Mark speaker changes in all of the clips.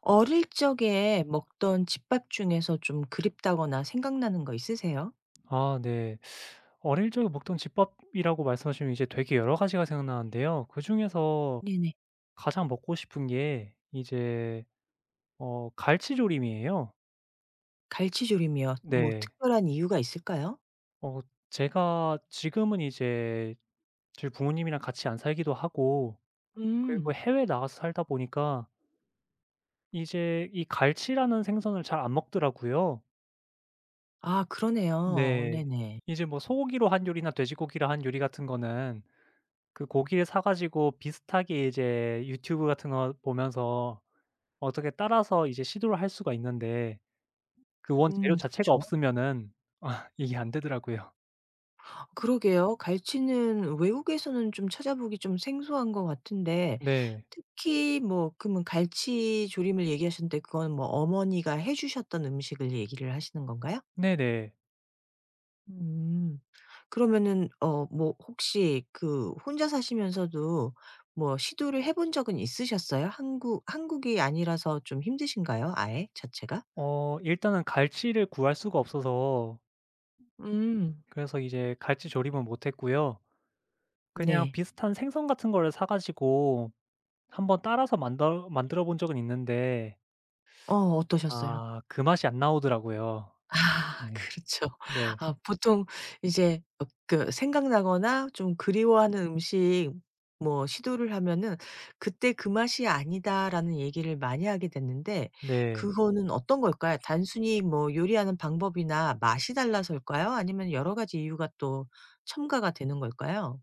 Speaker 1: 어릴 적에 먹던 집밥 중에서 좀 그립다거나 생각나는 거 있으세요?
Speaker 2: 아 네. 어릴 적에 먹던 집밥이라고 말씀하시면 이제 되게 여러 가지가 생각나는데요. 그중에서
Speaker 1: 네네.
Speaker 2: 가장 먹고 싶은 게 이제 갈치조림이에요.
Speaker 1: 갈치조림이요. 뭐
Speaker 2: 네.
Speaker 1: 특별한 이유가 있을까요?
Speaker 2: 어 제가 지금은 이제 저희 부모님이랑 같이 안 살기도 하고 그리고
Speaker 1: 음.
Speaker 2: 해외에 나가서 살다 보니까 이제 이 갈치라는 생선을 잘 안 먹더라고요.
Speaker 1: 아 그러네요.
Speaker 2: 네.
Speaker 1: 네네.
Speaker 2: 이제 뭐 소고기로 한 요리나 돼지고기로 한 요리 같은 거는 그 고기를 사 가지고 비슷하게 이제 유튜브 같은 거 보면서 어떻게 따라서 이제 시도를 할 수가 있는데 그 원재료 자체가
Speaker 1: 그렇죠.
Speaker 2: 없으면은 아 이게 안 되더라고요.
Speaker 1: 그러게요. 갈치는 외국에서는 좀 찾아보기 좀 생소한 것 같은데
Speaker 2: 네.
Speaker 1: 특히 뭐 그러면 갈치조림을 얘기하셨는데 그건 뭐 어머니가 해 주셨던 음식을 얘기를 하시는 건가요?
Speaker 2: 네네.
Speaker 1: 음. 그러면은 뭐 혹시 그 혼자 사시면서도 뭐 시도를 해본 적은 있으셨어요? 한국이 아니라서 좀 힘드신가요? 아예 자체가?
Speaker 2: 일단은 갈치를 구할 수가 없어서
Speaker 1: 음.
Speaker 2: 그래서 이제 갈치 조림은 못 했고요. 그냥
Speaker 1: 네.
Speaker 2: 비슷한 생선 같은 거를 사 가지고 한번 따라서 만들어 본 적은 있는데
Speaker 1: 어떠셨어요?
Speaker 2: 아 그 맛이 안 나오더라고요.
Speaker 1: 아
Speaker 2: 네.
Speaker 1: 그렇죠.
Speaker 2: 네.
Speaker 1: 아 보통 이제 그 생각나거나 좀 그리워하는 음식 뭐 시도를 하면은 "그때 그 맛이 아니다."라는 얘기를 많이 하게 됐는데
Speaker 2: 네.
Speaker 1: 그거는 어떤 걸까요? 단순히 뭐 요리하는 방법이나 맛이 달라서일까요? 아니면 여러 가지 이유가 또 첨가가 되는 걸까요?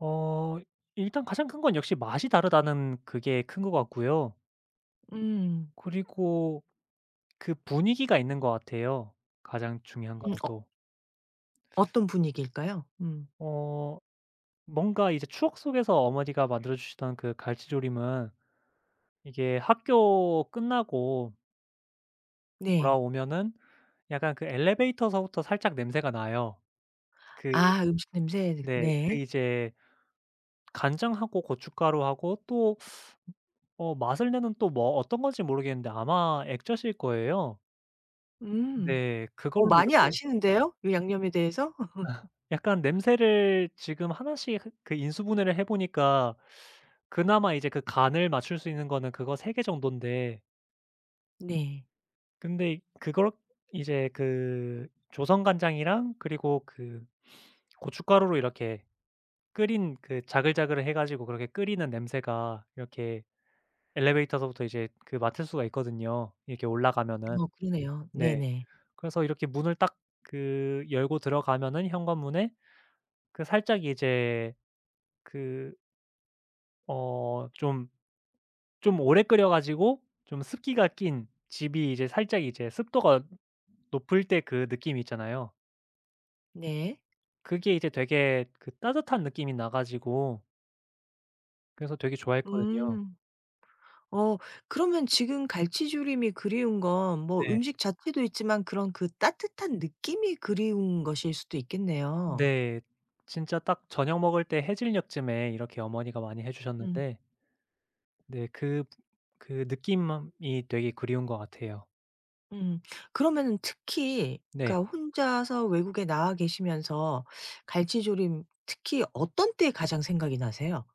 Speaker 2: 어 일단 가장 큰 건 역시 맛이 다르다는 그게 큰 것 같고요.
Speaker 1: 음.
Speaker 2: 그리고 그 분위기가 있는 것 같아요. 가장 중요한 건
Speaker 1: 음 어
Speaker 2: 또.
Speaker 1: 어떤 분위기일까요? 음.
Speaker 2: 어 뭔가 이제 추억 속에서 어머니가 만들어 주시던 그 갈치조림은 이게 학교 끝나고
Speaker 1: 네.
Speaker 2: 돌아오면은 약간 그 엘리베이터서부터 살짝 냄새가 나요. 그
Speaker 1: 아 음식 냄새.
Speaker 2: 네. 그
Speaker 1: 네.
Speaker 2: 이제 간장하고 고춧가루하고 또 맛을 내는 또 뭐 어떤 건지 모르겠는데 아마 액젓일 거예요.
Speaker 1: 음.
Speaker 2: 네. 그걸로
Speaker 1: 많이
Speaker 2: 이렇게
Speaker 1: 아시는데요? 이 양념에 대해서?
Speaker 2: 아 약간 냄새를 지금 하나씩 해 그 인수분해를 해 보니까 그나마 이제 그 간을 맞출 수 있는 거는 그거 3개 정돈데
Speaker 1: 네.
Speaker 2: 근데 그걸 이제 그 조선 간장이랑 그리고 그 고춧가루로 이렇게 끓인 그 자글자글을 해 가지고 그렇게 끓이는 냄새가 이렇게 엘리베이터서부터 이제 그 맡을 수가 있거든요, 이렇게 올라가면은.
Speaker 1: 어 그러네요.
Speaker 2: 네.
Speaker 1: 네네.
Speaker 2: 그래서 이렇게 문을 딱 그 열고 들어가면은 현관문에 그 살짝 이제 그 어 좀 좀 오래 끓여 가지고 좀 습기가 낀 집이 이제 살짝 이제 습도가 높을 때 그 느낌 있잖아요.
Speaker 1: 네.
Speaker 2: 그게 이제 되게 그 따뜻한 느낌이 나 가지고 그래서 되게 좋아했거든요.
Speaker 1: 음. 어 그러면 지금 갈치조림이 그리운 건 뭐
Speaker 2: 네.
Speaker 1: 음식 자체도 있지만 그런 그 따뜻한 느낌이 그리운 것일 수도 있겠네요.
Speaker 2: 네. 진짜 딱 저녁 먹을 때 해질녘쯤에 이렇게 어머니가 많이 해
Speaker 1: 음.
Speaker 2: 주셨는데 네 그 느낌이 되게 그리운 것 같아요.
Speaker 1: 음. 그러면은 특히
Speaker 2: 네.
Speaker 1: 그러니까 혼자서 외국에 나와 계시면서 갈치조림 특히 어떤 때 가장 생각이 나세요?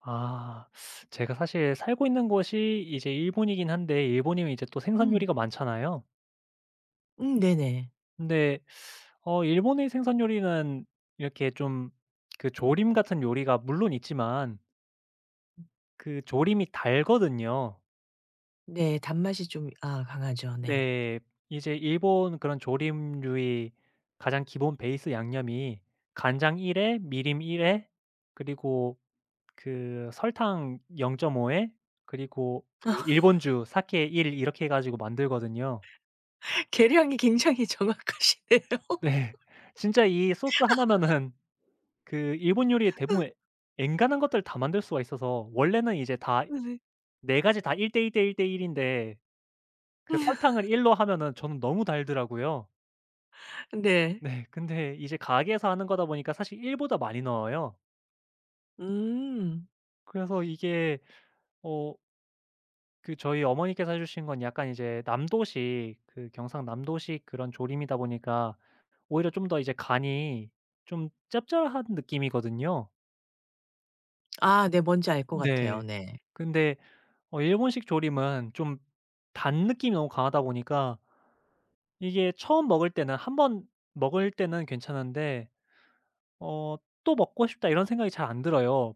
Speaker 2: 아 제가 사실 살고 있는 곳이 이제 일본이긴 한데 일본이면 이제 또 생선
Speaker 1: 음.
Speaker 2: 요리가 많잖아요.
Speaker 1: 네네.
Speaker 2: 근데 일본의 생선 요리는 이렇게 좀 그 조림 같은 요리가 물론 있지만 그 조림이 달거든요.
Speaker 1: 네. 단맛이 좀 아 강하죠.
Speaker 2: 네.
Speaker 1: 네.
Speaker 2: 네. 이제 일본 그런 조림류의 가장 기본 베이스 양념이 간장 1 에 미림 1 에 그리고 그 설탕 0.5 에 그리고 그 일본주 사케 1 이렇게 해 가지고 만들거든요.
Speaker 1: 계량이 굉장히 정확하시네요.
Speaker 2: 네. 진짜 이 소스 하나면은 그 일본 요리에 대부분 엔간한 것들을 다 만들 수가 있어서 원래는 이제 다
Speaker 1: 네.
Speaker 2: 4 가지 다 1:1:1:1 인데 그 설탕을 1로 하면은 저는 너무 달더라고요.
Speaker 1: 네.
Speaker 2: 네. 근데 이제 가게에서 하는 거다 보니까 사실 1 보다 많이 넣어요.
Speaker 1: 음.
Speaker 2: 그래서 이게 어 그 저희 어머니께서 해 주신 건 약간 이제 남도식 그 경상남도식 그런 조림이다 보니까 오히려 좀 더 이제 간이 좀 짭짤한 느낌이거든요.
Speaker 1: 아 네. 뭔지 알 것
Speaker 2: 네.
Speaker 1: 같아요. 네.
Speaker 2: 근데 일본식 조림은 좀 단 느낌이 너무 강하다 보니까 이게 처음 먹을 때는 한번 먹을 때는 괜찮은데 어 "또 먹고 싶다." 이런 생각이 잘 안 들어요.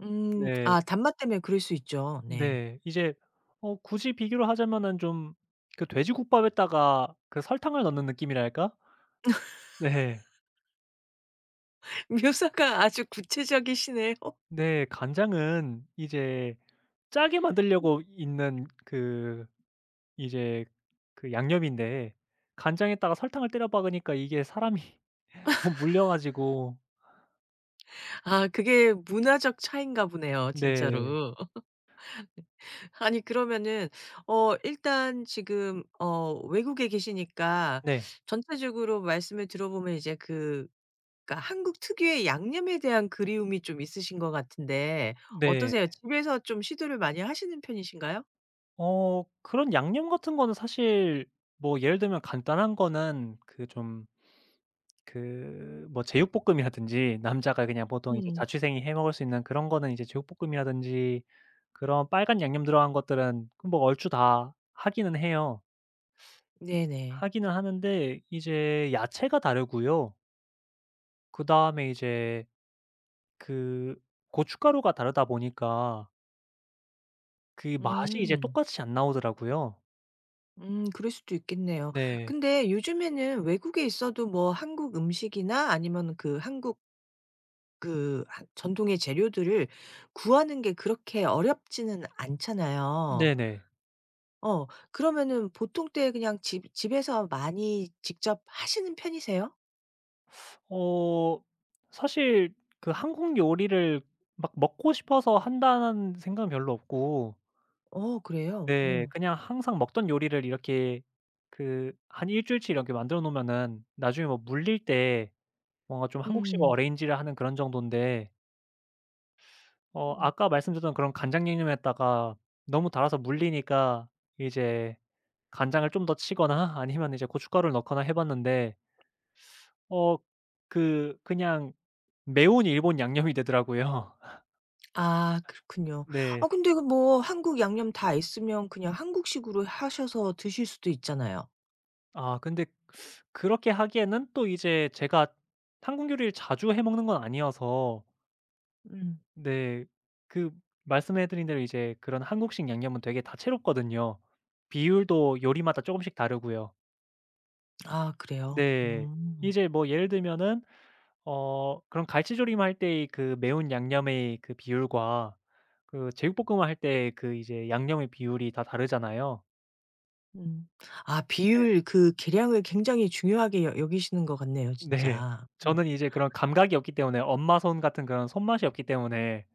Speaker 1: 음.
Speaker 2: 네.
Speaker 1: 아 단맛 때문에 그럴 수 있죠. 네.
Speaker 2: 네. 이제 굳이 비교를 하자면은 좀 그 돼지국밥에다가 그 설탕을 넣는 느낌이랄까? 네.
Speaker 1: 묘사가 아주 구체적이시네요.
Speaker 2: 네. 간장은 이제 짜게 만들려고 있는 그 이제 그 양념인데 간장에다가 설탕을 때려 박으니까 이게 사람이 좀 물려 가지고
Speaker 1: 아 그게 문화적 차이인가 보네요
Speaker 2: 네.
Speaker 1: 진짜로. 아니 그러면은 일단 지금 외국에 계시니까
Speaker 2: 네.
Speaker 1: 전체적으로 말씀을 들어보면 이제 그 그러니까 한국 특유의 양념에 대한 그리움이 좀 있으신 것 같은데
Speaker 2: 네.
Speaker 1: 어떠세요? 집에서 좀 시도를 많이 하시는 편이신가요?
Speaker 2: 그런 양념 같은 거는 사실 뭐 예를 들면 간단한 거는 그 좀 그 뭐 제육볶음이라든지 남자가 그냥 보통 이제
Speaker 1: 음.
Speaker 2: 자취생이 해 먹을 수 있는 그런 거는 이제 제육볶음이라든지 그런 빨간 양념 들어간 것들은 그 뭐 얼추 다 하기는 해요.
Speaker 1: 네네.
Speaker 2: 하기는 하는데 이제 야채가 다르고요. 그다음에 이제 그 고춧가루가 다르다 보니까 그 맛이 이제
Speaker 1: 음.
Speaker 2: 똑같이 안 나오더라고요.
Speaker 1: 그럴 수도 있겠네요.
Speaker 2: 네.
Speaker 1: 근데 요즘에는 외국에 있어도 뭐 한국 음식이나 아니면 그 한국 그 하 전통의 재료들을 구하는 게 그렇게 어렵지는 않잖아요.
Speaker 2: 네네.
Speaker 1: 그러면은 보통 때 그냥 집 집에서 많이 직접 하시는 편이세요?
Speaker 2: 어 사실 그 한국 요리를 막 먹고 싶어서 한다는 생각은 별로 없고
Speaker 1: 어 그래요?
Speaker 2: 네
Speaker 1: 어.
Speaker 2: 그냥 항상 먹던 요리를 이렇게 그 한 일 주일치 이렇게 만들어 놓으면은 나중에 뭐 물릴 때 뭔가 좀 한국식
Speaker 1: 음.
Speaker 2: 어레인지를 하는 그런 정돈데
Speaker 1: 음.
Speaker 2: 아까 말씀드렸던 그런 간장양념에다가 너무 달아서 물리니까 이제 간장을 좀 더 치거나 아니면 이제 고춧가루를 넣거나 해 봤는데 어 그 그냥 매운 일본 양념이 되더라고요.
Speaker 1: 아 그렇군요.
Speaker 2: 네.
Speaker 1: 아 근데 그뭐 한국 양념 다 있으면 그냥 한국식으로 하셔서 드실 수도 있잖아요.
Speaker 2: 아 근데 그렇게 하기에는 또 이제 제가 한국 요리를 자주 해 먹는 건 아니어서
Speaker 1: 음.
Speaker 2: 네 그 말씀해 드린 대로 이제 그런 한국식 양념은 되게 다채롭거든요. 비율도 요리마다 조금씩 다르고요.
Speaker 1: 아 그래요?
Speaker 2: 네.
Speaker 1: 음.
Speaker 2: 이제 뭐 예를 들면은 그런 갈치조림 할 때의 그 매운 양념의 그 비율과 그 제육볶음을 할 때의 그 이제 양념의 비율이 다 다르잖아요.
Speaker 1: 음. 아
Speaker 2: 네.
Speaker 1: 비율 그 계량을 굉장히 중요하게 여 여기시는 것 같네요
Speaker 2: 네.
Speaker 1: 진짜. 어.
Speaker 2: 저는 이제 그런 감각이 없기 때문에 엄마 손 같은 그런 손맛이 없기 때문에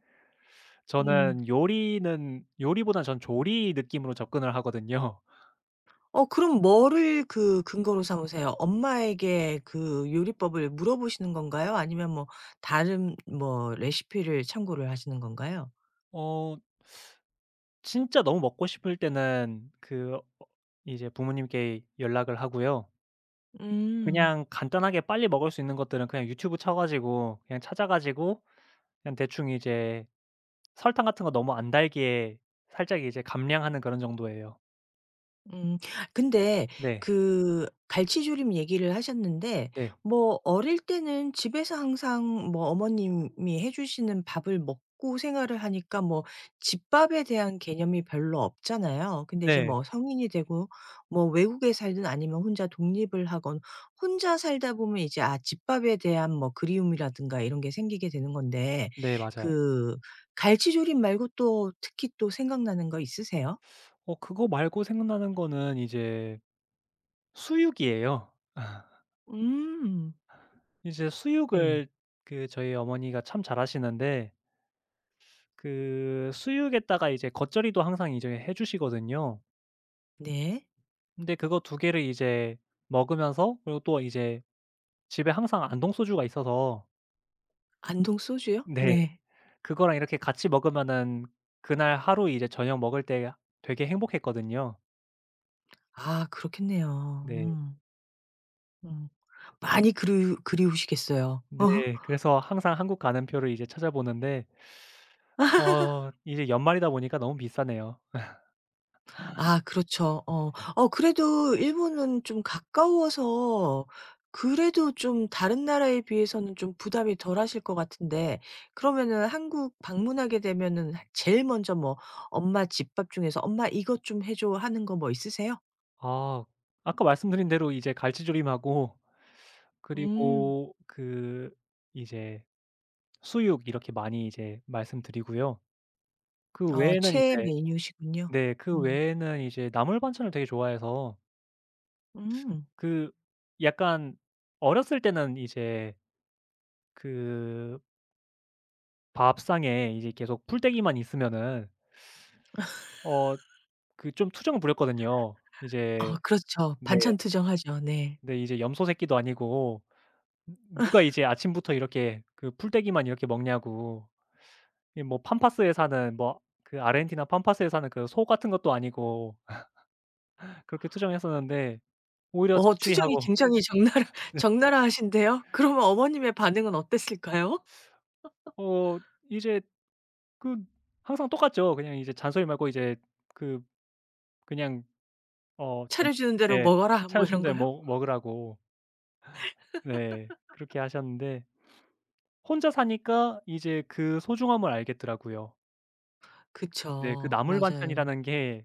Speaker 1: 음.
Speaker 2: 저는 요리는 요리보다는 전 조리 느낌으로 접근을 하거든요.
Speaker 1: 그럼 뭐를 그 근거로 삼으세요? 엄마에게 그 요리법을 물어보시는 건가요? 아니면 뭐 다른 뭐 레시피를 참고를 하시는 건가요?
Speaker 2: 어 진짜 너무 먹고 싶을 때는 그 이제 부모님께 연락을 하고요.
Speaker 1: 음.
Speaker 2: 그냥 간단하게 빨리 먹을 수 있는 것들은 그냥 유튜브 쳐 가지고 그냥 찾아 가지고 그냥 대충 이제 설탕 같은 거 너무 안 달게 살짝 이제 감량하는 그런 정도예요.
Speaker 1: 음. 근데
Speaker 2: 네.
Speaker 1: 그 갈치조림 얘기를 하셨는데
Speaker 2: 네.
Speaker 1: 뭐 어릴 때는 집에서 항상 뭐 어머님이 해 주시는 밥을 먹고 생활을 하니까 뭐 집밥에 대한 개념이 별로 없잖아요. 근데 이제
Speaker 2: 네.
Speaker 1: 뭐 성인이 되고 뭐 외국에 살든 아니면 혼자 독립을 하건 혼자 살다 보면 이제 아 집밥에 대한 뭐 그리움이라든가 이런 게 생기게 되는 건데
Speaker 2: 네. 맞아요.
Speaker 1: 그 갈치조림 말고 또 특히 또 생각나는 거 있으세요?
Speaker 2: 그거 말고 생각나는 거는 이제 수육이에요.
Speaker 1: 음.
Speaker 2: 이제
Speaker 1: 네.
Speaker 2: 수육을 그 저희 어머니가 참 잘하시는데 그 수육에다가 이제 겉절이도 항상 이제 해 주시거든요.
Speaker 1: 네.
Speaker 2: 근데 그거 2개를 이제 먹으면서 그리고 또 이제 집에 항상 안동 소주가 있어서
Speaker 1: 안동 소주요?
Speaker 2: 네
Speaker 1: 네.
Speaker 2: 그거랑 이렇게 같이 먹으면은 그날 하루 이제 저녁 먹을 때 되게 행복했거든요.
Speaker 1: 아 그렇겠네요.
Speaker 2: 네.
Speaker 1: 음. 음. 많이 그리우시겠어요.
Speaker 2: 네. 그래서 항상 한국 가는 표를 이제 찾아보는데 이제 연말이다 보니까 너무 비싸네요.
Speaker 1: 아 그렇죠. 어.
Speaker 2: 네.
Speaker 1: 그래도 일본은 좀 가까워서 그래도 좀 다른 나라에 비해서는 좀 부담이 덜하실 것 같은데 그러면은 한국 방문하게 되면은 제일 먼저 뭐 엄마 집밥 중에서 "엄마 이것 좀 해 줘." 하는 거 뭐 있으세요?
Speaker 2: 아 아까 말씀드린 대로 이제 갈치조림하고
Speaker 1: 음.
Speaker 2: 그리고 그 이제 수육 이렇게 많이 이제 말씀드리고요. 그 외에는
Speaker 1: 최애
Speaker 2: 이제
Speaker 1: 메뉴시군요.
Speaker 2: 네 그
Speaker 1: 음.
Speaker 2: 외에는 이제 나물 반찬을 되게 좋아해서
Speaker 1: 음.
Speaker 2: 그 약간 어렸을 때는 이제 그 밥상에 이제 계속 풀떼기만 있으면은 어 그 좀 투정 부렸거든요. 이제
Speaker 1: 아 그렇죠.
Speaker 2: 네.
Speaker 1: 반찬 투정하죠. 네.
Speaker 2: 근데 이제 염소 새끼도 아니고 누가 이제 아침부터 이렇게 그 풀떼기만 이렇게 먹냐고. 이 뭐 팜파스에 사는 뭐 그 아르헨티나 팜파스에 사는 그 소 같은 것도 아니고 그렇게 투정했었는데 오히려
Speaker 1: 투정이
Speaker 2: 자취하고
Speaker 1: 굉장히 적나라
Speaker 2: 네.
Speaker 1: 적나라하신데요. 그러면 어머님의 반응은 어땠을까요?
Speaker 2: 어 이제 그 항상 똑같죠. 그냥 이제 잔소리 말고 이제 그 그냥 좀
Speaker 1: "차려주는 대로
Speaker 2: 네.
Speaker 1: 먹어라."
Speaker 2: "차
Speaker 1: 뭐
Speaker 2: 준
Speaker 1: 이런
Speaker 2: 데
Speaker 1: 거요?
Speaker 2: 먹 먹으라."고 네. 그렇게 하셨는데 혼자 사니까 이제 그 소중함을 알겠더라고요. 네. 그
Speaker 1: 그쵸.
Speaker 2: 나물
Speaker 1: 맞아요.
Speaker 2: 반찬이라는 게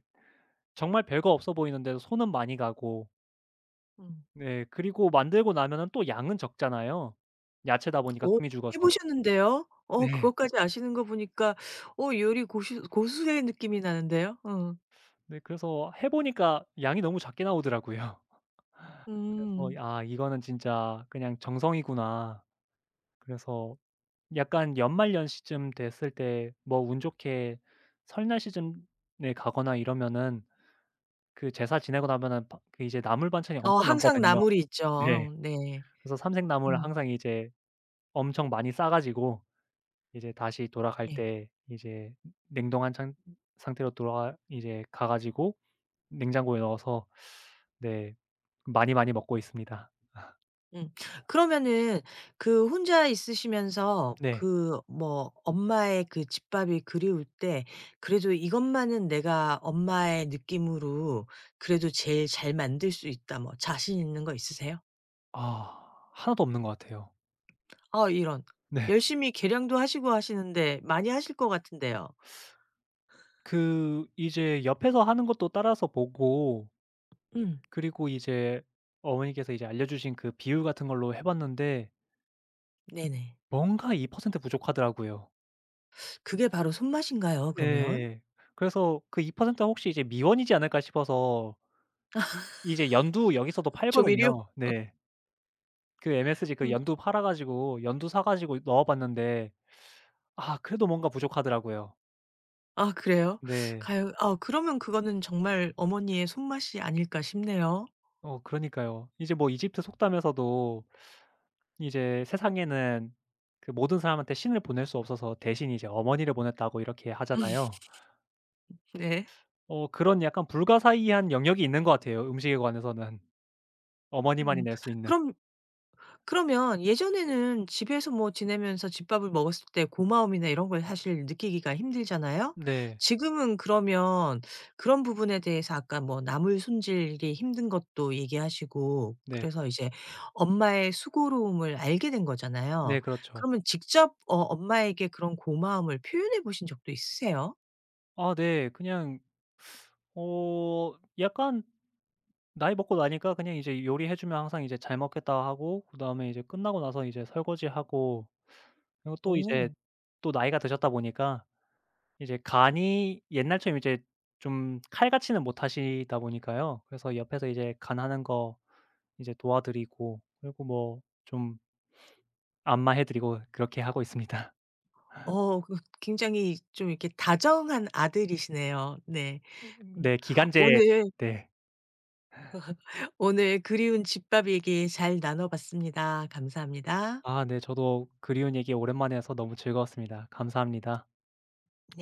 Speaker 2: 정말 별거 없어 보이는데 손은 많이 가고
Speaker 1: 음.
Speaker 2: 네. 그리고 만들고 나면은 또 양은 적잖아요. 야채다 보니까
Speaker 1: 어
Speaker 2: 숨이
Speaker 1: 해
Speaker 2: 죽어서.
Speaker 1: 보셨는데요?
Speaker 2: 네.
Speaker 1: 그것까지 아시는 거 보니까 요리 고시 고수의 느낌이 나는데요. 어.
Speaker 2: 네 그래서 해 보니까 양이 너무 작게 나오더라고요. 그래서
Speaker 1: 음.
Speaker 2: "아 이거는 진짜 그냥 정성이구나." 그래서 약간 연말연시쯤 됐을 때 뭐 운 좋게 설날 시즌에 가거나 이러면은 그 제사 지내고 나면은 바 그 이제 나물 반찬이 엄청
Speaker 1: 항상
Speaker 2: 남거든요.
Speaker 1: 나물이 있죠.
Speaker 2: 네.
Speaker 1: 어 네.
Speaker 2: 그래서 삼색나물
Speaker 1: 음.
Speaker 2: 항상 이제 엄청 많이 싸 가지고 이제 다시 돌아갈
Speaker 1: 네.
Speaker 2: 때 이제 냉동한 상 상태로 돌아가 이제 가 가지고 냉장고에 넣어서 네 많이, 많이 먹고 있습니다.
Speaker 1: 음. 그러면은 그 혼자 있으시면서
Speaker 2: 네.
Speaker 1: 그 뭐 엄마의 그 집밥이 그리울 때 그래도 '이것만은 내가 엄마의 느낌으로 그래도 제일 잘 만들 수 있다.' 뭐 자신 있는 거 있으세요?
Speaker 2: 아 하나도 없는 것 같아요.
Speaker 1: 아 이런.
Speaker 2: 네.
Speaker 1: 열심히 계량도 하시고 하시는데 많이 하실 것 같은데요.
Speaker 2: 그 이제 옆에서 하는 것도 따라서 보고
Speaker 1: 음.
Speaker 2: 그리고 이제 어머니께서 이제 알려 주신 그 비율 같은 걸로 해 봤는데
Speaker 1: 네네.
Speaker 2: 뭔가 2% 부족하더라고요.
Speaker 1: 그게 바로 손맛인가요 그러면?
Speaker 2: 예. 그래서 그 2%가 혹시 이제 미원이지 않을까 싶어서 이 이제 연두 여기서도
Speaker 1: 조미료?
Speaker 2: 팔거든요. 네. 그 MSG 그
Speaker 1: 음.
Speaker 2: 연두 팔아 가지고 연두 사 가지고 넣어 봤는데 아 그래도 뭔가 부족하더라고요.
Speaker 1: 아 그래요?
Speaker 2: 네.
Speaker 1: 가요 아 그러면 그거는 정말 어머니의 손맛이 아닐까 싶네요.
Speaker 2: 그러니까요. 이제 뭐 이집트 속담에서도 이제 "세상에는 그 모든 사람한테 신을 보낼 수 없어서 대신 이제 어머니를 보냈다."고 이렇게 하잖아요.
Speaker 1: 네.
Speaker 2: 그런 약간 불가사의한 영역이 있는 것 같아요, 음식에 관해서는. 어머니만이
Speaker 1: 음.
Speaker 2: 낼 수 있는.
Speaker 1: 그럼 그러면 예전에는 집에서 뭐 지내면서 집밥을 먹었을 때 고마움이나 이런 걸 사실 느끼기가 힘들잖아요.
Speaker 2: 네.
Speaker 1: 지금은 그러면 그런 부분에 대해서 아까 뭐 나물 손질이 힘든 것도 얘기하시고
Speaker 2: 네.
Speaker 1: 그래서 이제 엄마의 수고로움을 알게 된
Speaker 2: 네
Speaker 1: 거잖아요.
Speaker 2: 그렇죠.
Speaker 1: 그러면 직접 엄마에게 그런 고마움을 표현해 보신 적도 있으세요?
Speaker 2: 아 네. 그냥 약간 나이 먹고 나니까 그냥 이제 요리해 주면 항상 이제 "잘 먹겠다." 하고 그다음에 이제 끝나고 나서 이제 설거지하고 그리고 또 이제
Speaker 1: 어.
Speaker 2: 또 나이가 드셨다 보니까 이제 간이 옛날처럼 이제 좀 칼같이는 못 하시다 보니까요. 그래서 옆에서 이제 간하는 거 이제 도와드리고 그리고 뭐 좀 안마해 드리고 그렇게 하고 있습니다.
Speaker 1: 그 굉장히 좀 이렇게 다정한 아들이시네요. 네. 음.
Speaker 2: 네 기간제
Speaker 1: 오늘
Speaker 2: 네.
Speaker 1: 오늘 그리운 집밥 얘기 잘 나눠 봤습니다. 감사합니다.
Speaker 2: 아 네 저도 그리운 얘기 오랜만에 해서 너무 즐거웠습니다. 감사합니다.
Speaker 1: 네.